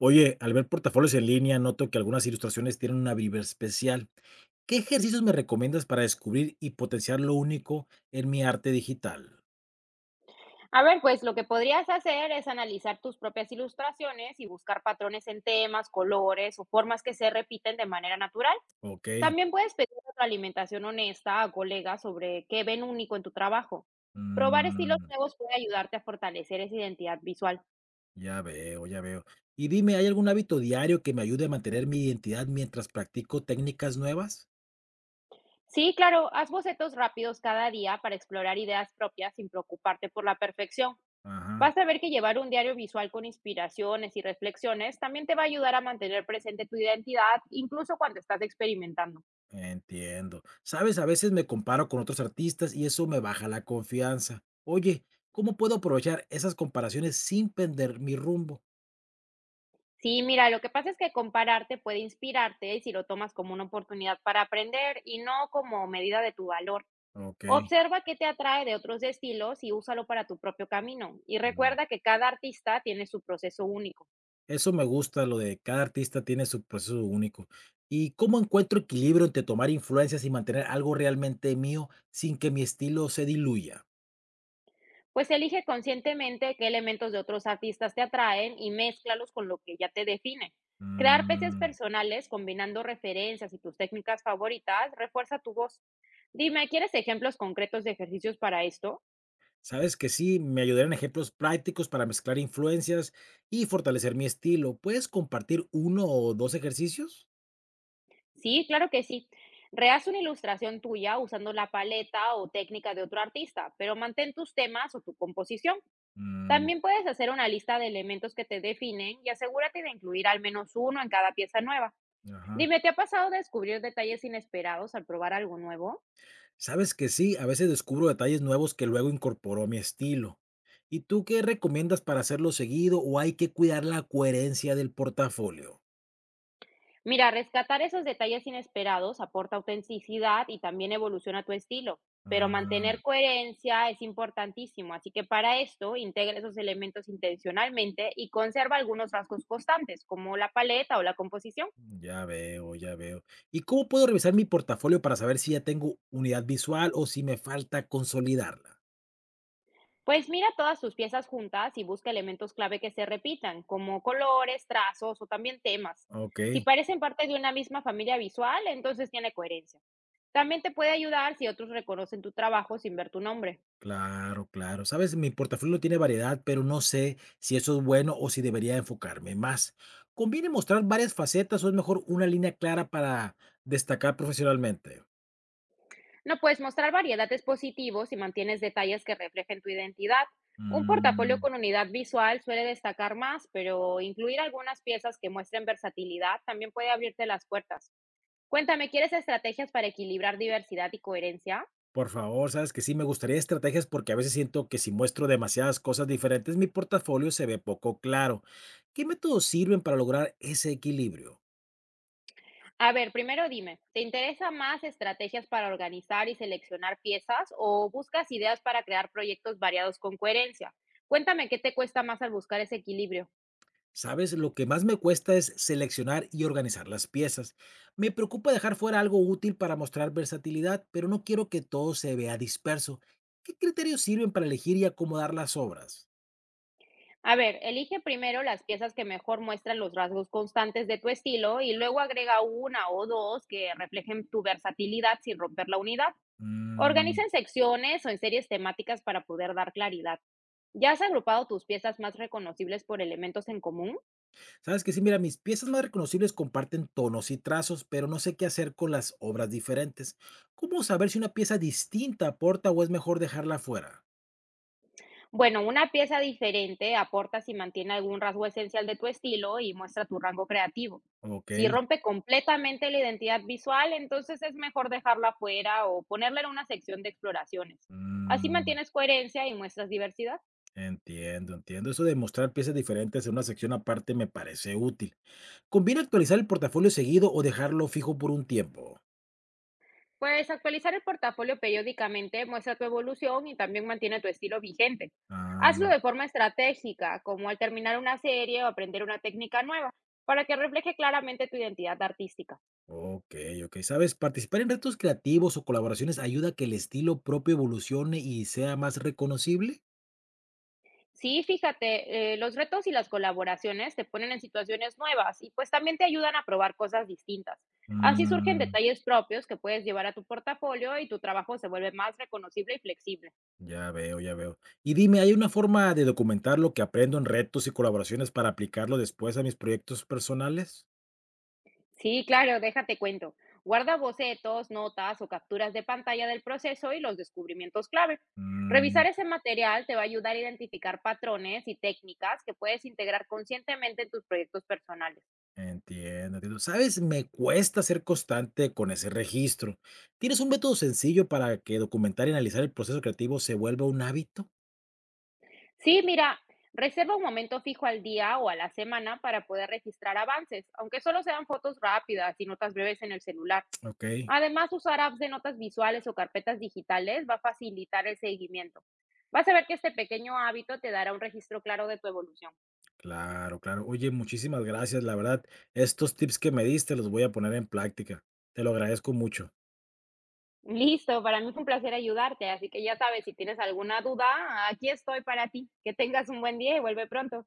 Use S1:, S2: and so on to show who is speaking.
S1: Oye, al ver portafolios en línea, noto que algunas ilustraciones tienen una vibra especial. ¿Qué ejercicios me recomiendas para descubrir y potenciar lo único en mi arte digital?
S2: A ver, pues lo que podrías hacer es analizar tus propias ilustraciones y buscar patrones en temas, colores o formas que se repiten de manera natural.
S1: Ok,
S2: También puedes pedir alimentación honesta a colegas sobre qué ven único en tu trabajo. Probar estilos
S1: mm,
S2: nuevos puede ayudarte a fortalecer esa identidad visual.
S1: ya veo, ya veo. Y dime, ¿hay algún hábito diario que me ayude a mantener mi identidad mientras practico técnicas nuevas?
S2: Sí, claro, haz bocetos rápidos cada día para explorar ideas propias sin preocuparte por la perfección.
S1: Ajá,
S2: Vas a ver que llevar un diario visual con inspiraciones y reflexiones también te va a ayudar a mantener presente tu identidad, incluso cuando estás experimentando.
S1: entiendo. Sabes, a veces me comparo con otros artistas y eso me baja la confianza. Oye, ¿cómo puedo aprovechar esas comparaciones sin perder mi rumbo?
S2: Sí, mira, lo que pasa es que compararte puede inspirarte si lo tomas como una oportunidad para aprender y no como medida de tu valor.
S1: Ok.
S2: Observa qué te atrae de otros estilos y úsalo para tu propio camino. Y recuerda que cada artista tiene su proceso único.
S1: Eso me gusta, lo de cada artista tiene su proceso único. ¿Y cómo encuentro equilibrio entre tomar influencias y mantener algo realmente mío sin que mi estilo se diluya?
S2: Pues elige conscientemente qué elementos de otros artistas te atraen y mézclalos con lo que ya te define. Crear piezas
S1: Mm,
S2: personales combinando referencias y tus técnicas favoritas refuerza tu voz. Dime, ¿quieres ejemplos concretos de ejercicios para esto?
S1: sabes que sí, me ayudarían ejemplos prácticos para mezclar influencias y fortalecer mi estilo. ¿Puedes compartir uno o dos ejercicios?
S2: Sí, claro que sí. Rehaz una ilustración tuya usando la paleta o técnica de otro artista, pero mantén tus temas o tu composición.
S1: Mm,
S2: También puedes hacer una lista de elementos que te definen y asegúrate de incluir al menos uno en cada pieza nueva.
S1: ajá.
S2: Dime, ¿te ha pasado descubrir detalles inesperados al probar algo nuevo?
S1: Sabes que sí, a veces descubro detalles nuevos que luego incorporó a mi estilo. ¿Y tú qué recomiendas para hacerlo seguido o hay que cuidar la coherencia del portafolio?
S2: Mira, rescatar esos detalles inesperados aporta autenticidad y también evoluciona tu estilo, pero
S1: Ah,
S2: mantener coherencia es importantísimo, así que para esto integra esos elementos intencionalmente y conserva algunos rasgos constantes, como la paleta o la composición.
S1: ya veo, ya veo. ¿Y cómo puedo revisar mi portafolio para saber si ya tengo unidad visual o si me falta consolidarla?
S2: Pues mira todas sus piezas juntas y busca elementos clave que se repitan, como colores, trazos o también temas.
S1: Ok,
S2: Si parecen parte de una misma familia visual, entonces tiene coherencia. También te puede ayudar si otros reconocen tu trabajo sin ver tu nombre.
S1: claro, claro. Sabes, mi portafolio tiene variedad, pero no sé si eso es bueno o si debería enfocarme más. ¿Conviene mostrar varias facetas o es mejor una línea clara para destacar profesionalmente?
S2: No puedes mostrar variedades positivos si mantienes detalles que reflejen tu identidad. Un portafolio
S1: Mm,
S2: con unidad visual suele destacar más, pero incluir algunas piezas que muestren versatilidad también puede abrirte las puertas. Cuéntame, ¿quieres estrategias para equilibrar diversidad y coherencia?
S1: Por favor, sabes que sí, me gustaría estrategias porque a veces siento que si muestro demasiadas cosas diferentes, mi portafolio se ve poco claro. ¿Qué métodos sirven para lograr ese equilibrio?
S2: A ver, primero dime, ¿te interesa más estrategias para organizar y seleccionar piezas o buscas ideas para crear proyectos variados con coherencia? Cuéntame qué te cuesta más al buscar ese equilibrio.
S1: Sabes, lo que más me cuesta es seleccionar y organizar las piezas. Me preocupa dejar fuera algo útil para mostrar versatilidad, pero no quiero que todo se vea disperso. ¿Qué criterios sirven para elegir y acomodar las obras?
S2: A ver, elige primero las piezas que mejor muestran los rasgos constantes de tu estilo y luego agrega una o dos que reflejen tu versatilidad sin romper la unidad. Organiza en secciones o en series temáticas para poder dar claridad. ¿Ya has agrupado tus piezas más reconocibles por elementos en común?
S1: Sabes que sí, mira, mis piezas más reconocibles comparten tonos y trazos, pero no sé qué hacer con las obras diferentes. ¿Cómo saber si una pieza distinta aporta o es mejor dejarla fuera?
S2: Bueno, una pieza diferente aporta si mantiene algún rasgo esencial de tu estilo y muestra tu rango creativo.
S1: Ok.
S2: Si rompe completamente la identidad visual, entonces es mejor dejarla fuera o ponerla en una sección de exploraciones. Así
S1: mm,
S2: mantienes coherencia y muestras diversidad.
S1: Entiendo, entiendo. Eso de mostrar piezas diferentes en una sección aparte me parece útil. ¿Conviene actualizar el portafolio seguido o dejarlo fijo por un tiempo?
S2: Pues actualizar el portafolio periódicamente muestra tu evolución y también mantiene tu estilo vigente. Hazlo
S1: Ah,
S2: de forma estratégica, como al terminar una serie o aprender una técnica nueva, para que refleje claramente tu identidad artística.
S1: ok, ok. Sabes, participar en retos creativos o colaboraciones ayuda a que el estilo propio evolucione y sea más reconocible.
S2: Sí, fíjate, los retos y las colaboraciones te ponen en situaciones nuevas y pues también te ayudan a probar cosas distintas. Así surgen
S1: Mm,
S2: detalles propios que puedes llevar a tu portafolio y tu trabajo se vuelve más reconocible y flexible.
S1: Ya veo, ya veo. Y dime, ¿hay una forma de documentar lo que aprendo en retos y colaboraciones para aplicarlo después a mis proyectos personales?
S2: Sí, claro, déjate cuento. Guarda bocetos, notas o capturas de pantalla del proceso y los descubrimientos clave.
S1: Mm,
S2: Revisar ese material te va a ayudar a identificar patrones y técnicas que puedes integrar conscientemente en tus proyectos personales.
S1: Entiendo, entiendo. ¿Sabes? Me cuesta ser constante con ese registro. ¿Tienes un método sencillo para que documentar y analizar el proceso creativo se vuelva un hábito?
S2: Sí, mira, reserva un momento fijo al día o a la semana para poder registrar avances, aunque solo sean fotos rápidas y notas breves en el celular.
S1: Ok,
S2: Además, usar apps de notas visuales o carpetas digitales va a facilitar el seguimiento. Vas a ver que este pequeño hábito te dará un registro claro de tu evolución.
S1: claro, claro. Oye, muchísimas gracias. La verdad, estos tips que me diste los voy a poner en práctica. Te lo agradezco mucho.
S2: Listo, para mí fue un placer ayudarte, así que ya sabes, si tienes alguna duda, aquí estoy para ti. Que tengas un buen día y vuelve pronto.